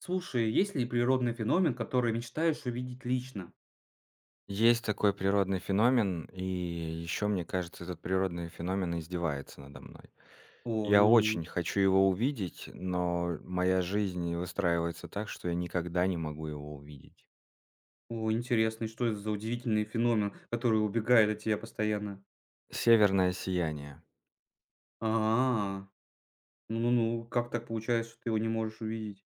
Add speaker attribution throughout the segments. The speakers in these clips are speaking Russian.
Speaker 1: Слушай, есть ли природный феномен, который мечтаешь увидеть лично?
Speaker 2: Есть такой природный феномен, и еще, мне кажется, этот природный феномен издевается надо мной.
Speaker 1: О,
Speaker 2: Я
Speaker 1: ну,
Speaker 2: очень хочу его увидеть, но моя жизнь выстраивается так, что я никогда не могу его увидеть.
Speaker 1: о, интересно, и что это за удивительный феномен, который убегает от тебя постоянно?
Speaker 2: Северное сияние.
Speaker 1: А, ну-ну-ну, как так получается, что ты его не можешь увидеть?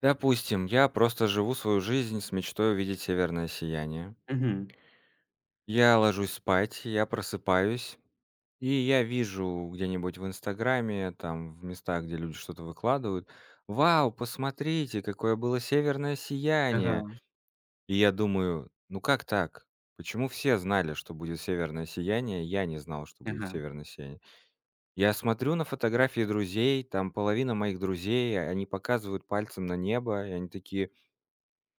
Speaker 2: Допустим, я просто живу свою жизнь с мечтой увидеть северное сияние.
Speaker 1: Мгм.
Speaker 2: Я ложусь спать, я просыпаюсь, и я вижу где-нибудь в "Инстаграме", там, в местах, где люди что-то выкладывают: "Вау, посмотрите, какое было северное
Speaker 1: Ага,
Speaker 2: сияние!" И я думаю: "Ну как так? Почему все знали, что будет северное сияние, а я не знал, что будет
Speaker 1: ага,
Speaker 2: северное сияние?" Я смотрю на фотографии друзей, там половина моих друзей, они показывают пальцем на небо, и они такие: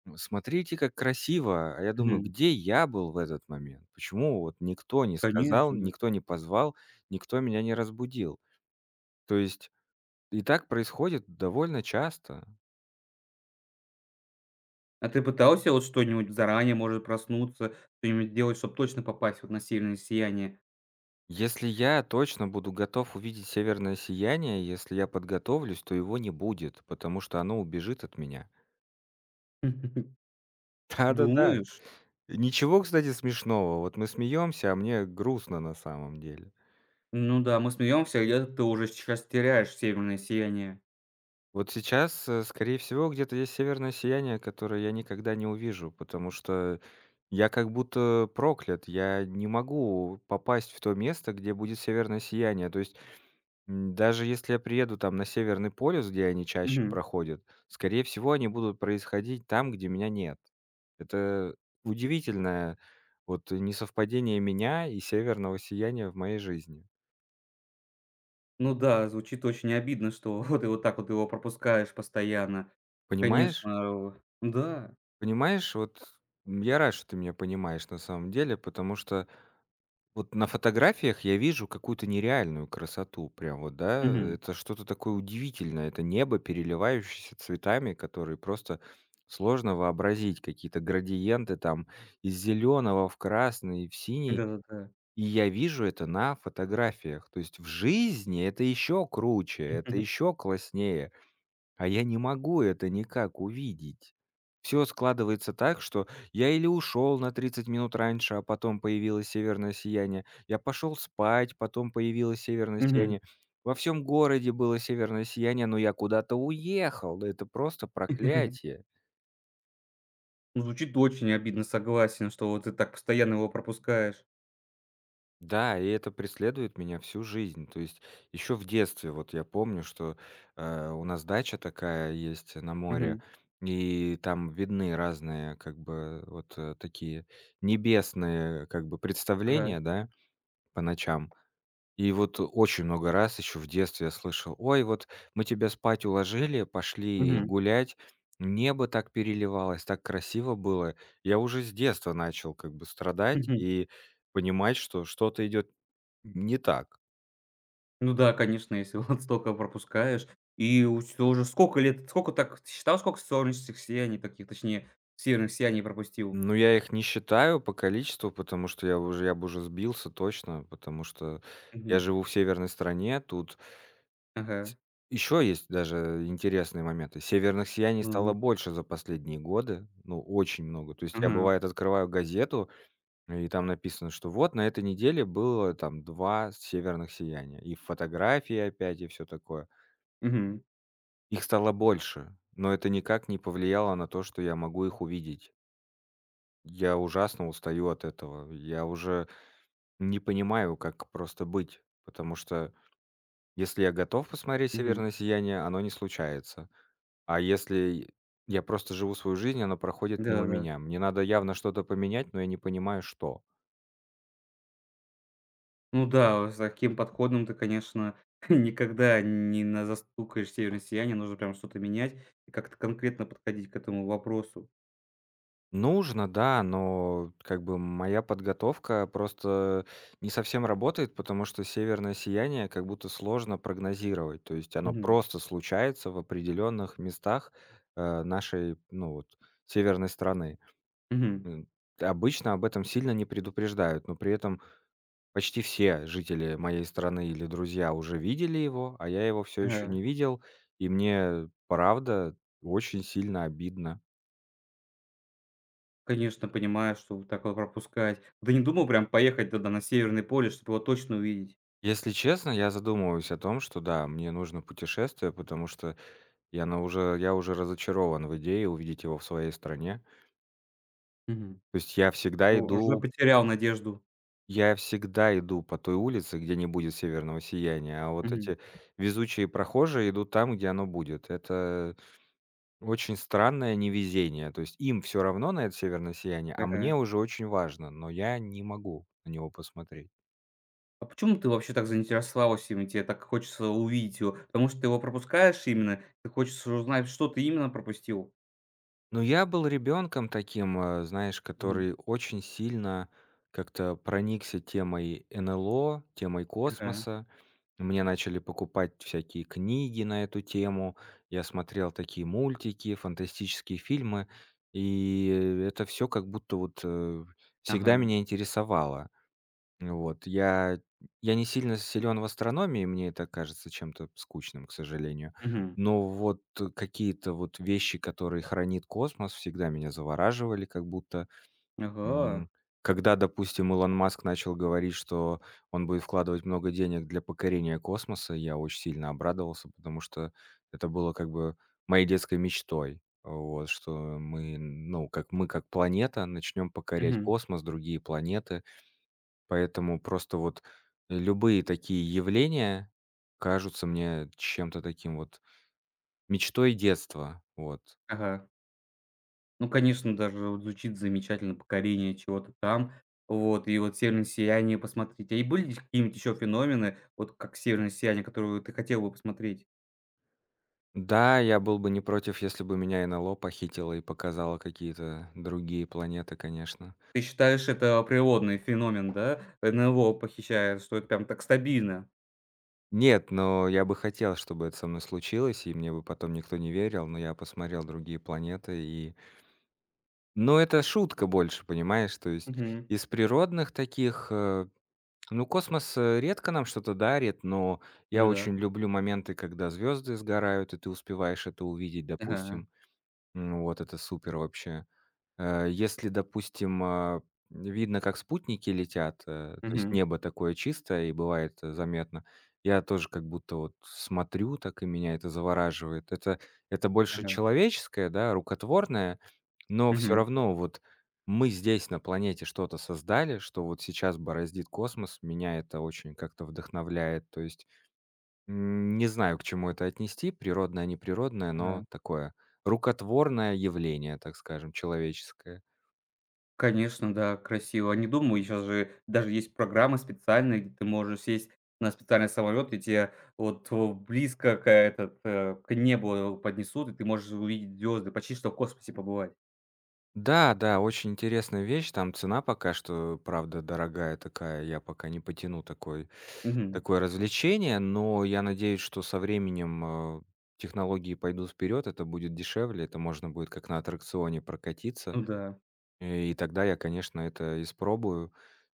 Speaker 2: "М, смотрите, как красиво!" А я думаю:
Speaker 1: мгм.
Speaker 2: "Где я был в этот момент? Почему вот никто не сказал,
Speaker 1: Конечно, да.
Speaker 2: никто не позвал, никто меня не разбудил?" То есть и так происходит довольно часто.
Speaker 1: А ты пытался вот что-нибудь заранее, может, проснуться, что-нибудь делать, чтобы точно попасть вот на северное сияние?
Speaker 2: Если я точно буду готов увидеть северное сияние, если я подготовлюсь, то его не будет, потому что оно убежит от меня. Да-да-да.
Speaker 1: Думаешь?
Speaker 2: Ничего, кстати, смешного. Вот мы смеемся, а мне грустно на самом деле.
Speaker 1: Ну да, мы смеемся, а где-то ты уже сейчас теряешь северное сияние.
Speaker 2: Вот сейчас, скорее всего, где-то есть северное сияние, которое я никогда не увижу, потому что я как будто проклят. Я не могу попасть в то место, где будет северное сияние. То есть даже если я приеду там на Северный полюс, где они чаще
Speaker 1: Мгм.
Speaker 2: проходят, скорее всего, они будут происходить там, где меня нет. Это удивительное вот несовпадение меня и северного сияния в моей жизни.
Speaker 1: Ну да, звучит очень обидно, что вот и вот так вот его пропускаешь постоянно.
Speaker 2: Понимаешь?
Speaker 1: Конечно, да.
Speaker 2: Понимаешь, вот, я рад, что ты меня понимаешь на самом деле, потому что вот на фотографиях я вижу какую-то нереальную красоту, прям вот, да,
Speaker 1: Мгм.
Speaker 2: это что-то такое удивительное, это небо, переливающееся цветами, которые просто сложно вообразить, какие-то градиенты там из зеленого в красный, в синий,
Speaker 1: Да-да-да.
Speaker 2: и я вижу это на фотографиях. То есть в жизни это еще круче, это еще класснее. А я не могу это никак увидеть. Всё складывается так, что я или ушёл на 30 минут раньше, а потом появилось северное сияние, я пошёл спать, потом появилось северное
Speaker 1: Мгм.
Speaker 2: сияние. Во всем городе было северное сияние, но я куда-то уехал. Да это просто проклятие.
Speaker 1: Ну, звучит очень обидно, согласен, что вот ты так постоянно его пропускаешь.
Speaker 2: Да, и это преследует меня всю жизнь. То есть еще в детстве, вот я помню, что у нас дача такая есть на море,
Speaker 1: Мгм.
Speaker 2: и там видны разные, как бы, вот такие небесные, как бы,
Speaker 1: Ага.
Speaker 2: представления, да, по ночам. И вот очень много раз еще в детстве я слышал, ой, вот мы тебя спать уложили, пошли
Speaker 1: Мгм.
Speaker 2: гулять, небо так переливалось, так красиво было. Я уже с детства начал как бы страдать
Speaker 1: Мгм.
Speaker 2: и понимать, что что-то идет не так.
Speaker 1: Ну да, конечно, если вот столько пропускаешь. И у тебя уже сколько лет, сколько так, ты считал, сколько солнечных сияний таких, точнее, северных сияний пропустил?
Speaker 2: Но я их не считаю по количеству, потому что я бы уже сбился точно, потому что я
Speaker 1: Мгм.
Speaker 2: живу в северной стране. Тут
Speaker 1: Ага.
Speaker 2: еще есть даже интересные моменты. Северных сияний стало
Speaker 1: Мгм.
Speaker 2: больше за последние годы, ну, очень много. То есть я,
Speaker 1: Ага.
Speaker 2: бывает, открываю газету, и там написано, что вот на этой неделе было там 2 северных сияния. И фотографии опять, и все такое.
Speaker 1: Мгм.
Speaker 2: Их стало больше, но это никак не повлияло на то, что я могу их увидеть. Я ужасно устаю от этого. Я уже не понимаю, как просто быть, потому что если я готов посмотреть
Speaker 1: Мгм.
Speaker 2: "Северное сияние", оно не случается. А если я просто живу свою жизнь, оно проходит мимо
Speaker 1: Да-да-да.
Speaker 2: меня. Мне надо явно что-то поменять, но я не понимаю, что.
Speaker 1: Ну да, с таким подходом ты, конечно, никогда не на застукаешь северное сияние. Нужно прям что-то менять и как-то конкретно подходить к этому вопросу.
Speaker 2: Нужно, да, но как бы моя подготовка просто не совсем работает, потому что северное сияние как будто сложно прогнозировать. То есть оно
Speaker 1: Мгм.
Speaker 2: просто случается в определенных местах, нашей, ну вот, северной страны.
Speaker 1: Мгм.
Speaker 2: М, Обычно об этом сильно не предупреждают, но при этом почти все жители моей страны или друзья уже видели его, а я его все еще
Speaker 1: Ага.
Speaker 2: не видел, и мне правда очень сильно обидно.
Speaker 1: Конечно, понимаю, что вот такое пропускать. Да не думал прям поехать тогда на Северный полюс, чтобы его точно увидеть?
Speaker 2: Если честно, я задумываюсь о том, что да, мне нужно путешествие, потому что я уже разочарован в идее увидеть его в своей стране.
Speaker 1: Мгм.
Speaker 2: То есть я всегда
Speaker 1: Ну, уже
Speaker 2: иду
Speaker 1: потерял надежду.
Speaker 2: я всегда иду по той улице, где не будет северного сияния, а вот
Speaker 1: Мгм.
Speaker 2: эти везучие прохожие идут там, где оно будет. Это очень странное невезение. То есть им все равно на это северное сияние, а мне
Speaker 1: Ага.
Speaker 2: уже очень важно, но я не могу на него посмотреть.
Speaker 1: А почему ты вообще так заинтересовалась им, и тебе так хочется увидеть его? Потому что ты его пропускаешь именно? Ты хочешь узнать, что ты именно пропустил?
Speaker 2: Ну, я был ребенком таким, знаешь,
Speaker 1: Мгм.
Speaker 2: который очень сильно как-то проникся темой НЛО, темой
Speaker 1: Ага.
Speaker 2: космоса. Мне начали покупать всякие книги на эту тему. Я смотрел такие мультики, фантастические фильмы. И это все как будто вот всегда
Speaker 1: Ага.
Speaker 2: меня интересовало. Вот. Я не сильно силен в астрономии, мне это кажется чем-то скучным, к сожалению.
Speaker 1: Мгм.
Speaker 2: Но вот какие-то вот вещи, которые хранит космос, всегда меня завораживали, как будто,
Speaker 1: Ага.
Speaker 2: м. Когда, допустим, Илон Маск начал говорить, что он будет вкладывать много денег для покорения космоса, я очень сильно обрадовался, потому что это было как бы моей детской мечтой. Вот, что мы, ну, как мы, как планета, начнем покорять
Speaker 1: Мгм.
Speaker 2: космос, другие планеты. Поэтому просто вот любые такие явления кажутся мне чем-то таким вот мечтой детства, вот.
Speaker 1: Ага. Ну, конечно, даже вот звучит замечательно «Покорение чего-то там». Вот, и вот «Северное сияние» посмотреть. А и были какие-нибудь еще феномены, вот как «Северное сияние», которую ты хотел бы посмотреть?
Speaker 2: Да, я был бы не против, если бы меня НЛО похитило и показало какие-то другие планеты, конечно.
Speaker 1: Ты считаешь, это природный феномен, да? НЛО похищает, что это прям так стабильно.
Speaker 2: Нет, но я бы хотел, чтобы это со мной случилось, и мне бы потом никто не верил, но я посмотрел другие планеты и но это шутка больше, понимаешь? То есть
Speaker 1: Мгм.
Speaker 2: из природных таких, ну, космос, редко нам что-то дарит, но я
Speaker 1: Ну да.
Speaker 2: очень люблю моменты, когда звезды сгорают, и ты успеваешь это увидеть,
Speaker 1: Ага.
Speaker 2: допустим. Вот это супер вообще. Если, допустим, видно, как спутники летят, то есть
Speaker 1: Мгм.
Speaker 2: небо такое чистое и бывает, заметно, я тоже как будто вот смотрю так, и меня это завораживает. Это больше
Speaker 1: Ага.
Speaker 2: человеческое, да, рукотворное, но все
Speaker 1: Мгм.
Speaker 2: равно вот мы здесь на планете что-то создали, что вот сейчас бороздит космос. Меня это очень как-то вдохновляет. То есть, не знаю, к чему это отнести, природное, неприродное,
Speaker 1: Ага.
Speaker 2: но такое рукотворное явление, так скажем, человеческое.
Speaker 1: Конечно, да, красиво. А не думаю, сейчас же даже есть программы специальные, где ты можешь сесть на специальный самолет, и те вот, близко к этот, к небу поднесут, и ты можешь увидеть звезды, почти что в космосе побывать.
Speaker 2: Да, да, очень интересная вещь. Там цена пока что, правда, дорогая такая. Я пока не потяну такой,
Speaker 1: Мгм.
Speaker 2: такое развлечение, но я надеюсь, что со временем, э, технологии пойдут вперед, это будет дешевле, это можно будет как на аттракционе прокатиться.
Speaker 1: Ну да.
Speaker 2: И тогда я, конечно, это испробую.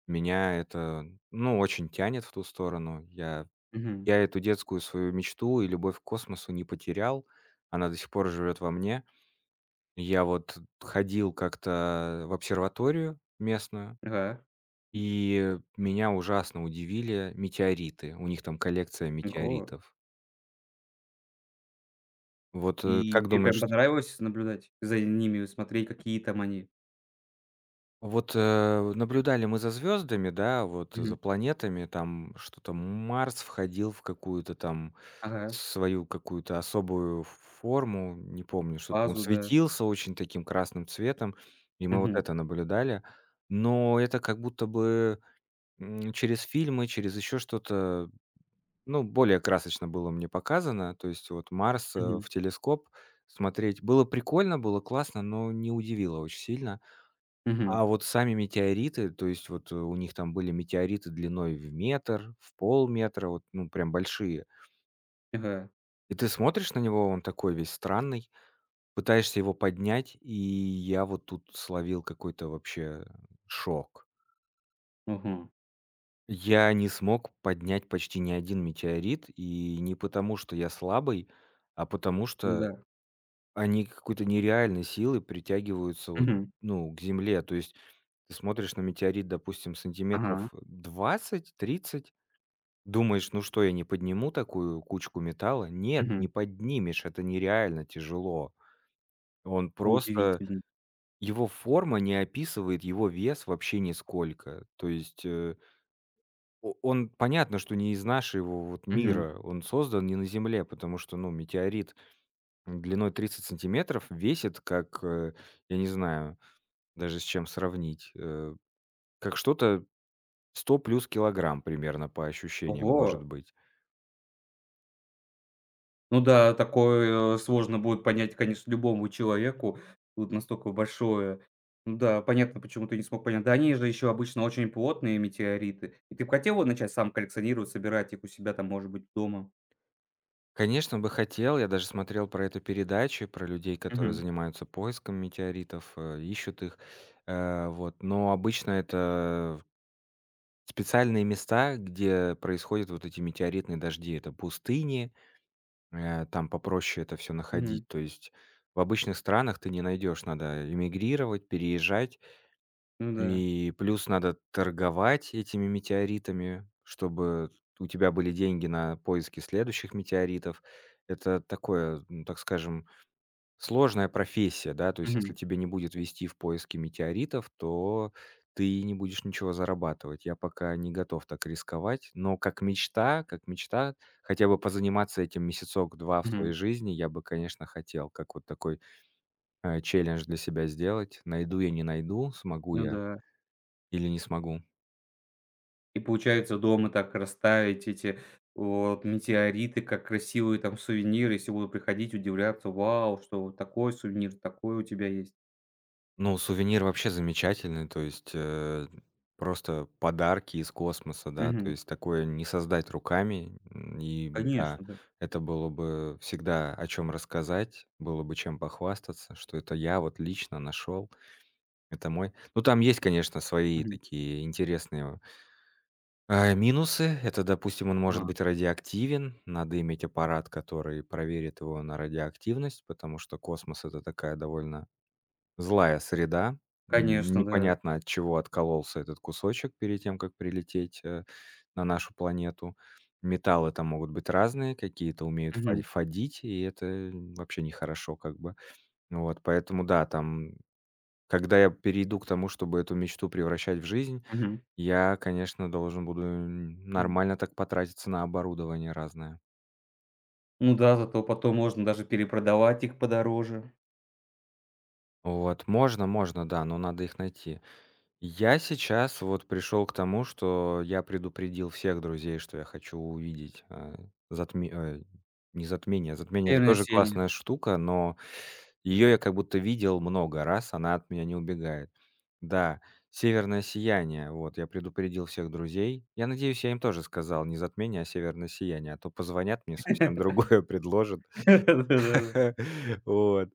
Speaker 2: Меня это, ну, очень тянет в ту сторону. Я,
Speaker 1: Мгм.
Speaker 2: я эту детскую свою мечту и любовь к космосу не потерял. Она до сих пор живет во мне. Я вот ходил как-то в обсерваторию местную,
Speaker 1: Ага.
Speaker 2: и меня ужасно удивили метеориты. У них там коллекция
Speaker 1: Ого.
Speaker 2: метеоритов. Вот,
Speaker 1: И
Speaker 2: как
Speaker 1: тебе
Speaker 2: думаешь,
Speaker 1: прям
Speaker 2: что
Speaker 1: понравилось наблюдать за ними, смотреть, какие там они?
Speaker 2: вот, наблюдали мы за звездами, да, вот за
Speaker 1: Мгм.
Speaker 2: планетами, там что-то Марс входил в какую-то там
Speaker 1: Ага.
Speaker 2: свою какую-то особую форму, не помню, что-то он
Speaker 1: Фазу, да.
Speaker 2: светился очень таким красным цветом, и мы вот
Speaker 1: Мгм.
Speaker 2: это наблюдали. Но это как будто бы через фильмы, через еще что-то, ну, более красочно было мне показано. То есть вот Марс,
Speaker 1: Мгм.
Speaker 2: в телескоп смотреть было прикольно, было классно, но не удивило очень сильно.
Speaker 1: Мгм.
Speaker 2: А вот сами метеориты, то есть вот, у них там были метеориты длиной в метр, в полметра, вот, ну, прям большие.
Speaker 1: Ага.
Speaker 2: И ты смотришь на него, он такой весь странный, пытаешься его поднять, и я вот тут словил какой-то вообще шок.
Speaker 1: Ага.
Speaker 2: Я не смог поднять почти ни один метеорит, и не потому, что я слабый, а потому
Speaker 1: Да.
Speaker 2: что они какой-то нереальной силой притягиваются вот,
Speaker 1: Мгм.
Speaker 2: ну, к земле. То есть ты смотришь на метеорит, допустим,
Speaker 1: Ага.
Speaker 2: сантиметров двадцать-тридцать, думаешь: "Ну что, я не подниму такую кучку металла?" Нет,
Speaker 1: Мгм.
Speaker 2: не поднимешь, это нереально тяжело. Он просто
Speaker 1: Удивительно.
Speaker 2: Его форма не описывает его вес вообще нисколько. То есть, э О он понятно, что не из нашего вот
Speaker 1: Мгм.
Speaker 2: мира, он создан не на Земле, потому что, ну, метеорит длиной 30 сантиметров весит как, я не знаю даже с чем сравнить, как что-то 100 плюс килограмм примерно по ощущениям
Speaker 1: Ого!
Speaker 2: может быть.
Speaker 1: Ну да, такое сложно будет понять, конечно, любому человеку. Тут настолько большое. Ну да, понятно, почему ты не смог понять. Да они же еще обычно очень плотные метеориты. И ты б хотел вот начать сам коллекционировать, собирать их у себя там, может быть, дома?
Speaker 2: Конечно, бы хотел, я даже смотрел про это передачи, про людей, которые
Speaker 1: Мгм,
Speaker 2: занимаются поиском метеоритов, ищут их, вот. Но обычно это специальные места, где происходят вот эти метеоритные дожди. Это пустыни, там попроще это все находить.
Speaker 1: мгм.
Speaker 2: То есть в обычных странах ты не найдешь, надо эмигрировать, переезжать.
Speaker 1: Ну да.
Speaker 2: И плюс надо торговать этими метеоритами, чтобы у тебя были деньги на поиски следующих метеоритов. Это такое, ну, так скажем. Сложная профессия, да, то есть если
Speaker 1: Мгм,
Speaker 2: тебе не будет вести в поиске метеоритов, то ты не будешь ничего зарабатывать. Я пока не готов так рисковать, но как мечта, хотя бы позаниматься этим месяцок-два в своей
Speaker 1: мгм.
Speaker 2: жизни я бы, конечно, хотел, как вот такой, челлендж для себя сделать. Найду я, не найду, смогу
Speaker 1: Ну
Speaker 2: я
Speaker 1: да.
Speaker 2: или не смогу.
Speaker 1: И получается дома так расставить эти вот метеориты, как красивые там сувениры. Если будут приходить, удивляться: «Вау, что вот такой сувенир, такой у тебя есть».
Speaker 2: Ну, сувенир вообще замечательный, то есть, просто подарки из космоса, да, то
Speaker 1: Мгм.
Speaker 2: есть такое не создать руками. И да,
Speaker 1: Конечно, да.
Speaker 2: это было бы всегда о чем рассказать, было бы чем похвастаться, что это я вот лично нашел, это мой. Ну, там есть, конечно, свои
Speaker 1: Мгм.
Speaker 2: такие интересные, минусы. Это, допустим, он может
Speaker 1: Ага,
Speaker 2: быть радиоактивен, надо иметь аппарат, который проверит его на радиоактивность, потому что космос- это такая довольно злая среда. М,
Speaker 1: конечно, да.
Speaker 2: непонятно, от чего откололся этот кусочек перед тем, как прилететь, на нашу планету. Металлы там могут быть разные, какие-то умеют фа
Speaker 1: Мгм,
Speaker 2: фадить, и это, вообще нехорошо как бы. Вот, поэтому да, там, когда я перейду к тому, чтобы эту мечту превращать в жизнь,
Speaker 1: мгм.
Speaker 2: я, конечно, должен буду,
Speaker 1: М,
Speaker 2: нормально так потратиться на оборудование разное.
Speaker 1: ну да, зато потом можно даже перепродавать их подороже.
Speaker 2: Вот, можно можно, да, но надо их найти. Я сейчас вот пришел к тому, что я предупредил всех друзей, что я хочу увидеть, затме э, не затмение. Затмение- это
Speaker 1: Северное
Speaker 2: тоже
Speaker 1: сияние.
Speaker 2: классная штука, но ее я как будто видел много раз, она от меня не убегает. Да, "Северное сияние", вот я предупредил всех друзей. Я надеюсь, я им тоже сказал не затмение, а северное сияние, а то позвонят мне, совсем другое предложат.
Speaker 1: Да-да-да.
Speaker 2: Вот.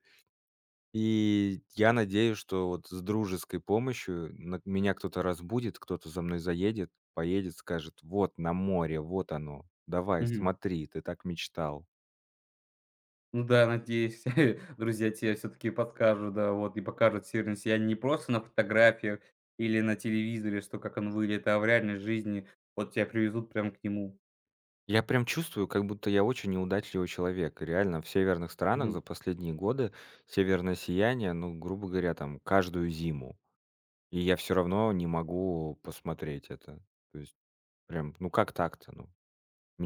Speaker 2: И я надеюсь, что вот с дружеской помощью на меня кто-то разбудит, кто-то за мной заедет, поедет, скажет: "Вот на море, вот оно, давай,
Speaker 1: Мгм.
Speaker 2: смотри, ты так мечтал".
Speaker 1: Ну да, надеюсь, друзья тебе все таки подкажут, да, вот, и покажут северное сияние не просто на фотографиях или на телевизоре, что как он выглядит, а в реальной жизни вот тебя привезут прям к нему.
Speaker 2: Я прям чувствую, как будто я очень неудачливый человек. И реально, в северных странах
Speaker 1: Мгм.
Speaker 2: за последние годы северное сияние, ну, грубо говоря, там каждую зиму, и я все равно не могу посмотреть это. То есть прям, ну как так-то, ну?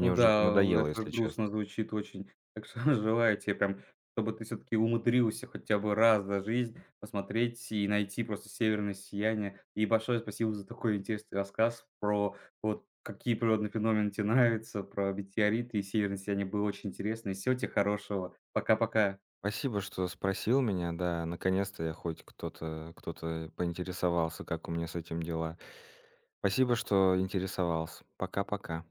Speaker 1: Ну
Speaker 2: уже это
Speaker 1: да, в
Speaker 2: надоело,
Speaker 1: это
Speaker 2: если
Speaker 1: грустно
Speaker 2: честно.
Speaker 1: звучит очень. Так что желаю тебе прям, чтобы ты все таки умудрился хотя бы раз за жизнь посмотреть и найти просто «Северное сияние». И большое спасибо за такой интересный рассказ про вот какие природные феномены тебе нравятся, про метеориты и «Северное сияние». Было очень интересно. И всего тебе хорошего. Пока-пока.
Speaker 2: Спасибо, что спросил меня. Да, наконец-то я хоть кто-то поинтересовался, как у меня с этим дела. Спасибо, что интересовался. Пока-пока.